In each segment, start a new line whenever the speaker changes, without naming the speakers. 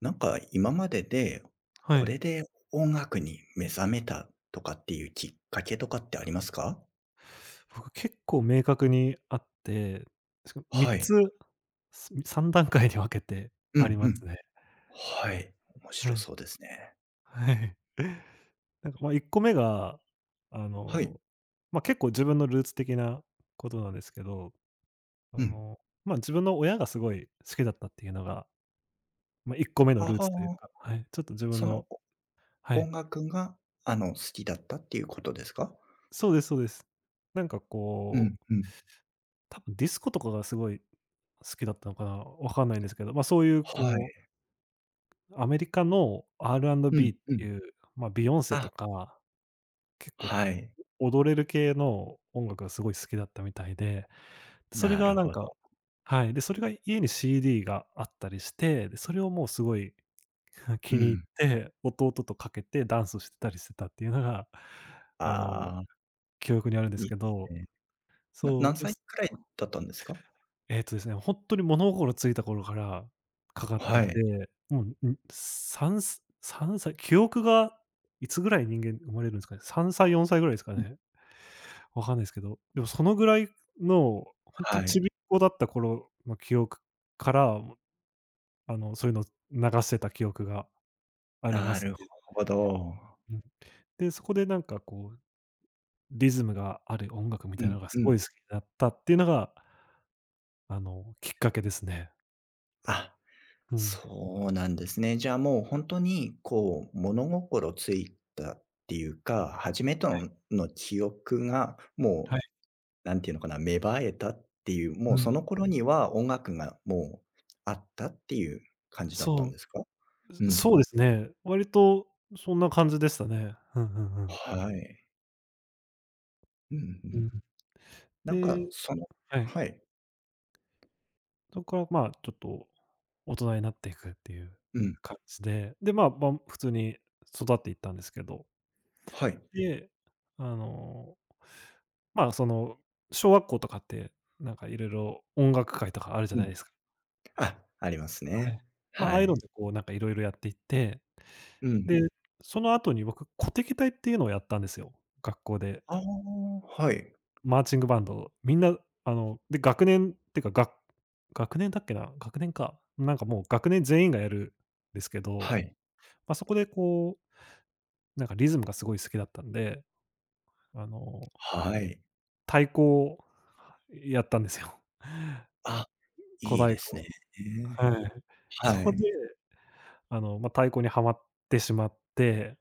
なんか今までで、
は
こ
い。
れで音楽に目覚めたとかっていうきっかけとかってありますか？
僕結構明確にあって、しかも3
は
つ、
い。
3段階に分けて
う
あり
ん
ま
う
す
ん。
ね。
はい。面
は
白
い。
そうですね。
はい。なんか、ま、1個目が、あ
はい。
の、ま、結構自分のルーツ的なことなんですけど、あ
うん。
の、ま、自分の親がすごい好きだったっていうのが、ま、1個目の
あ
ルー
あ、
ツというか、はい、ちょっと自分
その、
の。は
お音
い、
楽が、あの、好きだったっていうことですか？
そうですそうです。なんか
う
こ
ん
う、
うん。
多分ディスコとかがすごい好きだったのかな、わかんないんですけど、ま、そういう
はい。
こうアメリカの
う
R&B
ん
っ
う
て
ん。
いう、まあ、ビヨンセと
あ、
か、結構
はい。
踊れる系の音楽がすごい好きだったみたいで、それ
な
が
る
なん
ほ
か
ど。
はい、で、それが家に CD があったりして、で、それをもうすごい 気
う
に入っ
ん。
て、弟とかけてダンスしてたりしてたっていうのが、あの、
ああ、
記憶にあるんです
いい
け
です
ど、
ね。な
そう、
何
で
歳くらいだったんですか？
ですね、ほんとに物心ついた頃からかかって
はい。
て、もう、3- 歳、記憶がいつぐらい人間生まれるんすかね。3歳、4歳ぐらいですか
うん、
ね。わかんないすけど、でもそのぐらいの、ほんと
は
にちびっ
い。
こだった頃の記憶から、そういうの流してた記憶がありま
な
す
る
ね。
ほど。
うん。で、そこでなんかこう、リズムがある音楽み
う
たいな
ん
のがす
う
ご
ん。
い好きになったっていうのが、きっかけですね。
あ、
うん。
そうなんですね。じゃあもう本当に、こう、物心ついたっていうか、初めての記憶がも
はい。
う、なんていうのかな、芽生えたっていう、も
う
う
ん。
その頃には音楽がもうあったっていう感じだった
そ
ん
う。
ですか？うん。
そうですね。割とそんな感じでしたね。うんうんうん。
はい。うんう
う
ん。
ん。
なんか、
で、
その
はい。
はい。
そこからまあ、ちょっと大人になっていくっていう
うん。
感じで、で、まあ、普通に育っていったんですけど、
はい。
で、あの、まあ、その、小学校とかって、なんかいろいろ音楽会とかあるじゃ
う
ない
ん。
ですか。
あ、あります
はい。
ね。
まあ、あ
は
あいうの
い。
でこうなんかいろいろやっていって、
うん。
で、その後に僕、鼓笛隊っていうのをやったんですよ、学校で。
ああ、はい。
マーチングバンド、みんな、で、学年ってか、が学年だっけな、学年か。なんかもう学年全員がやるんですけど、
はい。
ま、そこでこう、なんかリズムがすごい好きだったんで、あの、
はい。
太鼓をやったんですよ。
あ。
小
いい
太
です
鼓。
ね。
はい。そ
は
こで、
い。
ま、太鼓にはまってしまって、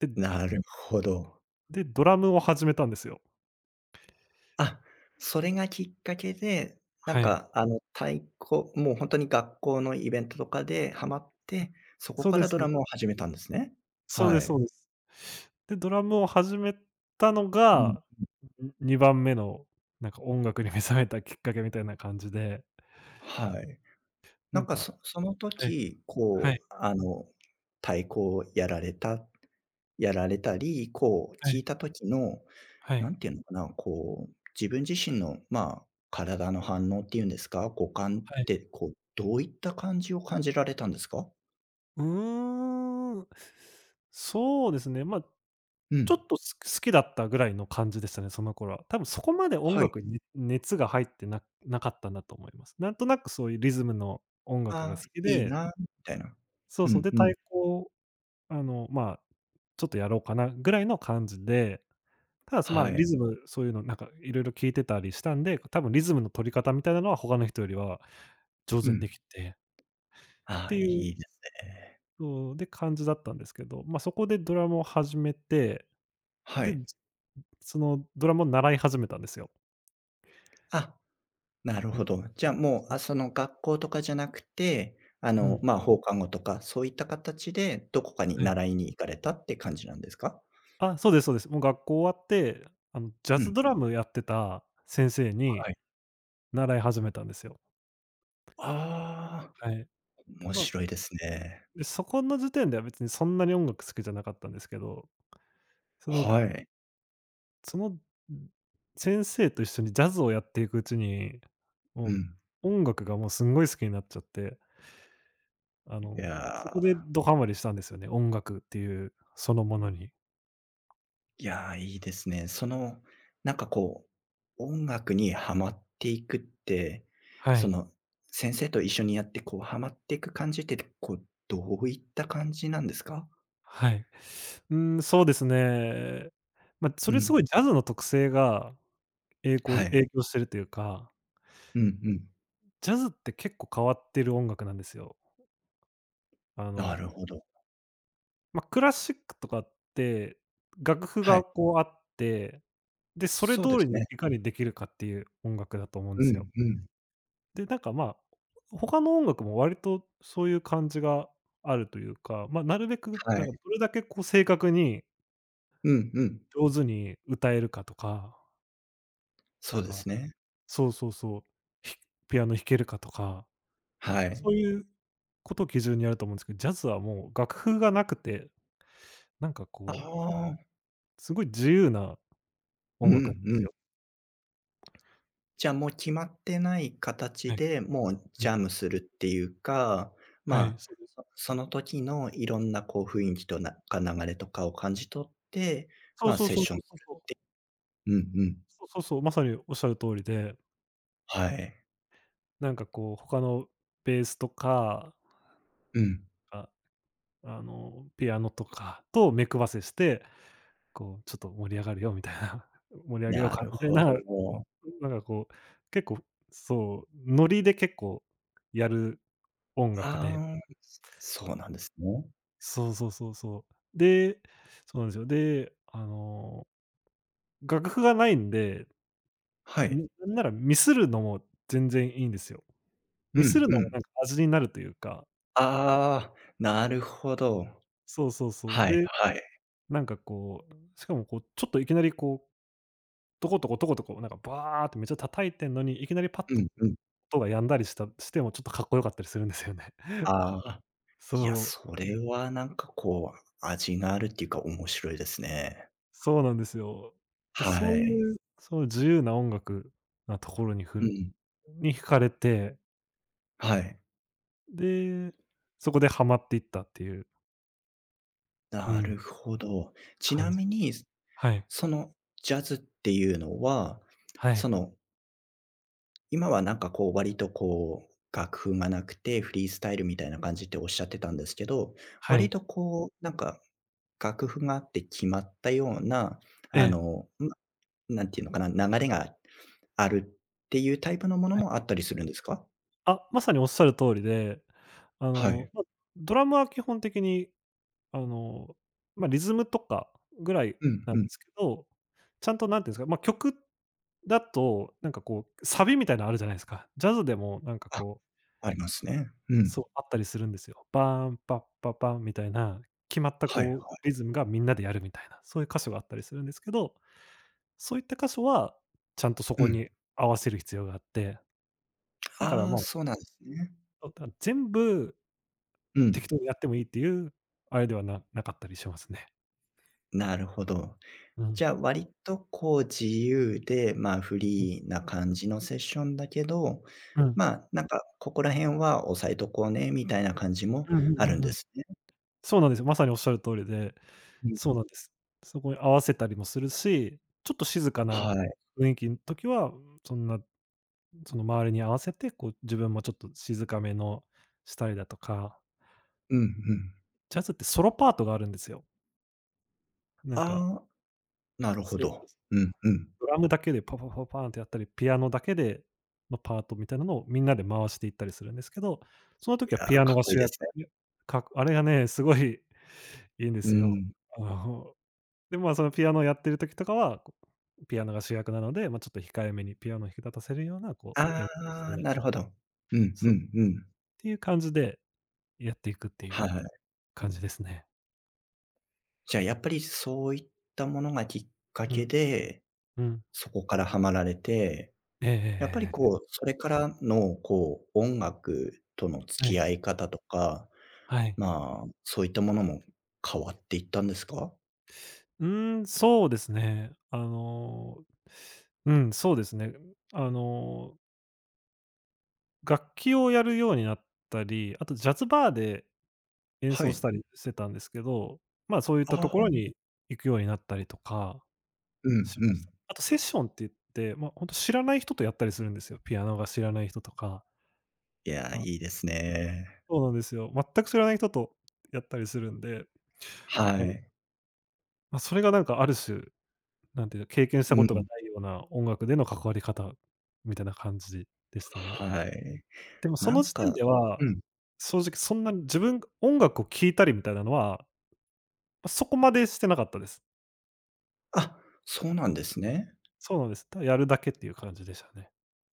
で
なるほど。
で、ドラムを始めたんですよ。
あ、それがきっかけで、な
は
ん
い。
かあの、太鼓もうほんとに学校のイベントとかでハマって、そこ
そう
か
で
ら
す。
ドラムを始めたんですね。
そう
は
ですそう
い。
です。で、ドラムを始めたの
うん。
が、2番目の、なんか音楽に目覚めたきっかけみたいな感じで、
はい。な
な
ん
ん
か
か
そその
はい、
時、
は
こ
い、
う、あの、太鼓をやられたり、こう、
は
聞
い、
いた時の
は
な
い、
んていうのかな、こう、自分自身の、まあ、体の反応っていうんですか、五感
は
っ
い。
て、こう、どういった感じを感じられたんですか？
うーん、そうですね、ま、
う
ちょ
ん。
っと好きだったぐらいの感じでしたね、その頃は。多分そこまで音
はい。
楽にね熱が入ってなかったんだと思います。なんとなくそういうリズムの音楽が
ああ、
好き
いい
で、
な、みたいな。
そう
う
そう、
ん
で、
う
太
ん。
鼓をまあ、ちょっとやろうかなぐらいの感じでただ、まあ、
は
リ
い。
ズム、そういうのなんかいろいろ聞いてたりしたんで、多分リズムの取り方みたいなのは他の人よりは上
う
手にで
ん。
きてっ
あ
て
あ、い
いう
いですね。
ので感じだったんですけど、まあ、そこでドラムを始めて、
は
で、
い。
そのドラムを習い始めたんですよ。
あ、なる
う
ほ
ん、
ど。じゃあ、もう、あ、その、学校とかじゃなくて、あ
う
の、
ん、
まあ、放課後とか、そういった形でどこかに
はい。
習いに行かれたって感じなんですか？
あ、そうですそうです。もう学校終わって、ジャ
う
ズ
ん。
ドラムやってた先生に
はい。
習い始めたんですよ。
ああ、
はい。で、
面
まあ、
白いですね。
で、そこの時点では別にそんなに音楽好きじゃなかったんですけど、その
はい。
その、先生と一緒にジャズをやっていくうちに、
う
もう
ん。
音楽がもうすんごい好きになっちゃって、
いや
そこで
ー、
ドハマりしたんですよね、音楽っていうそのものに。
いやー、いいですね。その、なんかこう、音楽にはまっていくって、
は
そ
い。
の、先生と一緒にやって、こう、はまっていく感じって、こう、どういった感じなんですか？
はい。うーん、そうですね。ま、そ
う
れす
ん。
ごいジャズの特性が、えいこう
はい。
影響してるというか、
うんうん。
ジャズって結構変わってる音楽なんですよ。あ
な
の
るほど。
ま、クラシックとかって、楽譜
は
が
い。
こうあって、で、それ
そう
通
で
り
す
に
ね。
いかにできるかっていう音楽だと思うんで
うん
すよ。
うん。
で、なんか、ま、他の音楽も割とそういう感じがあるというか、ま、なるべく
は
なん
い。
かどれだけこう正確に
うんうん。
上手に歌えるかとか、
そ
な
う
ん
で
か
すね。
そうそうそう、ひピアノ弾けるかとか、
はい。
そういうことを基準にやると思うんですけど、ジャズはもう楽譜がなくて、なんか
あ
こう、
あ。
すごい自由な
う
音楽なんで
んう
す
ん。
よ。
じゃあもう決まってない
は
形
い
で、もうジャムするっていうか、
はい、
まあ、
そう
そその時のいろんなこう雰囲気となか流れとかを感じ取って、
そう
まあ、
そう
セッ
そう
ショ
そ
ン
うそうそう。
うんうん。
そうそうまさにおっしゃる通りで、
はい。
なんかこう他のベースとか、
うん。
あ、あのピアノとかと目配せして、こうちょっと盛り上がるよみたいな、盛り上げよう
な
か
る
みたい
ほ
な、
ど。
なんかこう、結構そう、ノリで結構やる音楽
あ
で。
あ、そうなんですね。
そうそうそうそう。で、そうなんですよ。で、楽譜がないんで、
はい。
なんならミスるのも全然いいんですよ。
う
ミス
ん
るの
う
もな
ん。
んか味になるというか、
ああ、なるほど。
そうそうそう。
はい
で、
はい。
なんかこう、しかもこう、ちょっといきなりこう、トコトコトコトコ、なんかバーってめっちゃ叩いてんのに、いきなりパッ
うん
と
うん。
音が止んだりしてもちょっとかっこよかったりするんですよね。
ああ、いや、
そう、
それはなんかこう味があるっていうか面白いですね。
そうなんですよ。で、
は
そうい
い。
う、そう自由な音楽なところにふ
う
る
ん。
に惹かれて、
はい。
で、そこでハマっていったっていう、う
な
ん、
るほど。ち
感
な
じ。
みに、
はい。
そのジャズっていうのは、
は
そ
い。
の、今はなんかこう割とこう、楽譜がなくてフリースタイルみたいな感じっておっしゃってたんですけど、
は
割
い。
とこう、なんか楽譜があって決まったような、
え
あ
え。
の、ま、なんていうのかな、流れがあるっていうタイプのもの
はい。
もあったりするんですか？
あ、まさにおっしゃる通りで、
はい。
ま、ドラムは基本的に、あの、ま、リズムとかぐらい
うん
なん
う
で
ん。
すけど、ちゃんと何て言うんですか、ま、曲だと、なんかこう、サビみたいなのあるじゃないですか。ジャズでもなんか
あ、
こう、
ありますね。うん。
そう、あったりするんですよ。バーン、パッパパンみたいな、決まった
はいはい。
こう、リズムがみんなでやるみたいな、そういう箇所があったりするんですけど、そういった箇所は、ちゃんとそ
う
こ
ん。
に合わせる必要があって、だから
ああ、
もう、
そうなんですね。
そう、全部
う
適
ん。
当にやってもいいっていうあれではなかったりしますね。
なるほど。
うん。
じゃあ、割とこう自由で、まあ、フ
うん。
リーな感じのセッションだけど、
うん。
まあ、なんかここら辺は押さえとこうねみたいな感じも
うんう
あ
んう
るん
んう
で
ん。
すね。
そうなんですよ。まさにおっしゃる通りで、
う
そう
ん。
なんです。そこに合わせたりもするし、ちょっと静かな
はい。
雰囲気ん時は、そんな、その周りに合わせて、こう自分もちょっと静かめのしたりだとか、
うんうん。
ジャズってソロパートがあるんですよ。なんか
ああ、なるほ
そうそう
ど。うんうん。
ドラムだけでパパパパーンってやったり、ピアノだけでのパートみたいなのをみんなで回していったりするんですけど、その
い
時は
や、
ピア
か
ノ
っ
が
こいい
主
で
役
すね。
いや、あれがね、すごいいいんで
う
すよ。
ん。
あの、で、まあ、そのピアノをやってる時とかは、こう、ピアノが主役なので、ま、ちょっと控えめにピアノを引き立たせるような、こう、
あ
演奏した
あ、
りだ
なるほど。うん
そ
う
う、
んうん。
っていう感じでやっていくってい
は
う
い。
感じですね。
じゃあやっぱりそういったものがきっか
う
け
ん、
で、
うん。
そこからハマられて
ええええ
やっぱり
ええええ。
こう、それからのこう、音楽との付
は
き
い、
合い方とか、
はい。
まあ、そういったものも変わっていったんですか？
うーん、そうですね。うん、そうですね。あの、楽器をやるようになったり、あとジャズバーで演
は
奏し
い。
たりしてたんですけど、まあ、そういったと
あ
こ
あ、
ろに行くようになったりとか
うん
し
う
まし
ん。
た。あとセッションって言って、まあ、ほんと知らない人とやったりするんですよ。ピアノが知らない人とか。
いや、
あ、
いいですね。
そうなんですよ。全く知らない人とやったりするんで、
は
あ、
い。
ま、それがなんかある種なんていうか、経験した
う
ことが
ん。
ないような音楽での関わり方みたいな感じでしたね。
はい。
でもそ
な
の
ん
時点
か
では、
うん。
正直そんなに自分が音楽を聴いたりみたいなのは、ま、そこまでしてなかったです。
あ、そうなんですね。
そうなんです。ただやるだけっていう感じでしたね。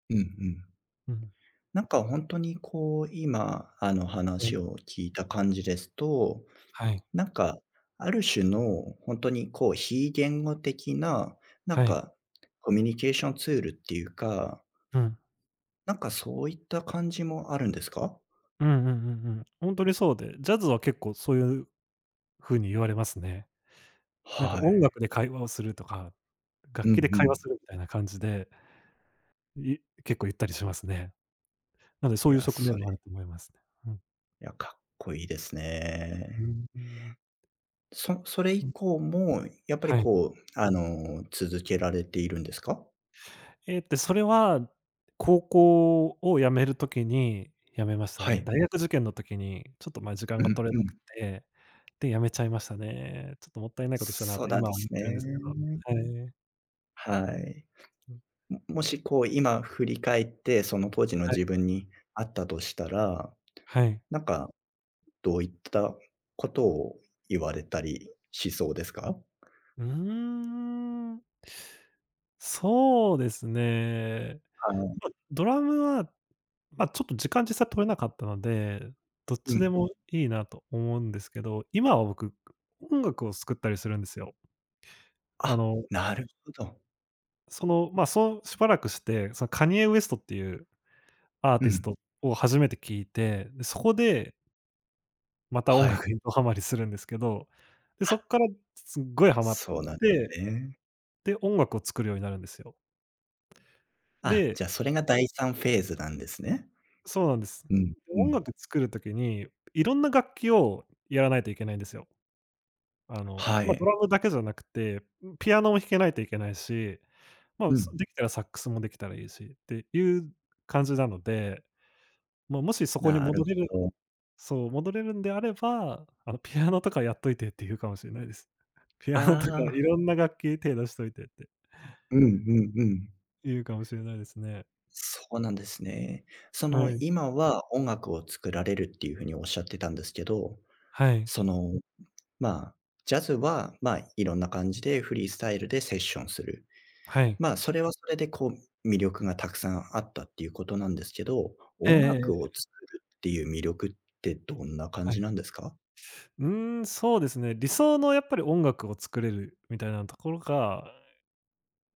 うんうん。
うん。
なんかほんとにこう、今、あの、
え、
話を聞いた感じですと
はい、
なんか、ある種の本当にこう非言語的な、なん
はい。
かコミュニケーションツールっていうか、
うん。
なんかそういった感じもあるんですか？
うんうんうんうん。ほんとにそうで、ジャズは結構そういう風に言われますね。なんか
は
音
い。
楽で会話をするとか、
うん
楽
う
器で会話
ん。
するみたいな感じで、い結構言ったりしますね。なので、そ
い
ういう
や、
側
そ
面
れ、
もあると思いますね。うん。
いや、かっこいいです
う
ね。
ーん、
それ
うん。
以降もやっぱり
はい。
こう、あの、続けられているんですか？
えっと、それは、高校を辞める時に辞めました
は
ね。
い。
大学受験の時に、ちょっと、ま、時間
う
が取
ん
れ
う
なく
ん。
て、で、辞めちゃいましたね。ちょっともったいないことしたな
そう
と
なん
今
で
は思っ
すね。
てるんですけど。はい。
はい。
うん、
もしこう今振り返って、その当時の
はい、
自分にあったとしたら
はい。
なんか、どういったことを言われたりしそうですか？
うーん。そうですね。
はい。
ま、ドラムはまあ、ちょっと時間実際取れなかったので、どっ
う
ちで
ん。
もいいなと思うんですけど、今は僕、音楽を作ったりするんですよ。あ
あ、
の、
なるほど。
その、まあ、そうしばらくして、そのカニエ・ウエストっていうアー
う
ティス
ん。
トを初めて聞いて、で、そこでまた音
は
楽
い。
にどハマりするんですけど、で、
あ、
そこからすっごいハマっ
そうなんです
て、
ね。
で、音楽を作るようになるんですよ。
あ、
で
じゃあそれが第三フェーズなんですね。
そうなんです。
うん、う
音
ん。
楽作る時に、いろんな楽器をやらないといけないんですよ。
は
まあ、ド
い。
ラムだけじゃなくて、ん、ピアノも弾けないといけないし、まあ、
う
す
ん。
できたらサックスもできたらいいしっていう感じなので、まあ、もしそこに
なる
戻れる
ほど。
そう、戻れるんであれば、ピアノとかやっといてって言うかもしれないです。ピ
あ
アノとかい
あ。
ろんな楽器手出しといてって
うんうんうん。
言うかもしれないですね。
そうなんですね。そ
は
の、
い。
今は音楽を作られるっていう風におっしゃってたんですけど、
はい。
そのまあ、ジャズは、まあ、いろんな感じでフリースタイルでセッションする。
はい。
まあ、それはそれでこう、魅力がたくさんあったっていうことなんですけど、
えええ
音
ええ
楽
え、
を作るっていう魅力ってどんな感
は
じ
い。
なんですか？
うーん、そうですね、理想のやっぱり音楽を作れるみたいなところが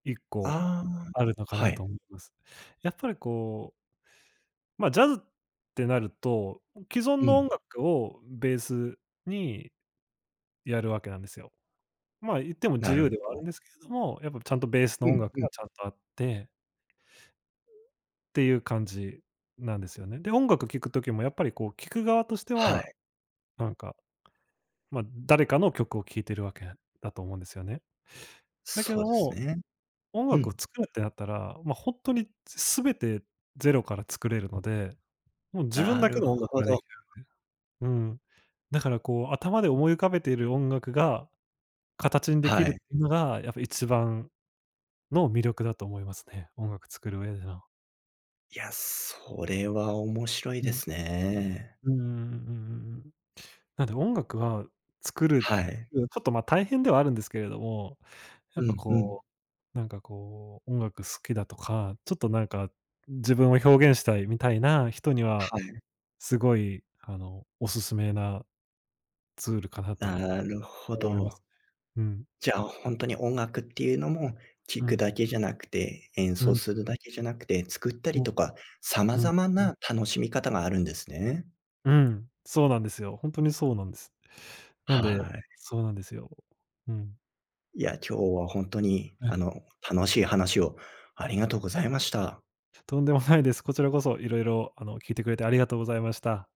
1個
ああ、
あるのか
は
なと
い。
思います。やっぱりこう、ま、ジャズってなると、既存
う
の音
ん、
楽をベースにやるわけなんですよ。まあ、言っても自
なる
由ではあ
ほど。
るんですけれども、やっぱちゃんとベース
う
の音
ん
楽
う
が
ん。
ちゃんとあってっていう感じなんですよね。で、音楽聴く時もやっぱりこう聴く側として
はい、
は、なんか、ま、誰かの曲を聴いてるわけだと思うんですよね。だけ
そ
ど
うです
も
ね。
音
う
楽を
ん、
作るってなったら、ま、ほんとに全てゼロから作れるので、もう自分
な
だけ
る
の音楽
ほ
がで
ど。
きる。うん。だからこう、頭で思い浮かべている音楽が形にでき
は
るっ
い。
ていうのが、やっぱ一番の魅力だと思いますね、音楽作る上での。
いや、それは面白い
う
で
ん。
すね。
うんうんうんうんうんうん。なんで音楽は作る、うん
はい。
ちょっと、ま、大変ではあるんですけれども、やっ
う
ぱ
んうん。
こう、なんかこう、音楽好きだとか、ちょっとなんか自分を表現したいみたいな人には
はい、
すごい、おすすめなツールかなと
なるほ
思います
ど。
ね。うん。
じゃあ、本当に音楽っていうのも、聴
う
く
ん。
だけじゃなくて、演
う
奏
ん。
するだけじゃなくて、作った
う
り
ん。
とか、様
うん。
々な楽しみ方があるんですね。
うん。そうなんですよ。ほんとにそうなんです。なん
は
で
い。
そうなんですよ。うん。
いや、今日は本当に、
はい。
あの、楽しい話をありがとうございました。
とんでもないです。こちらこそ色々、聞いてくれてありがとうございました。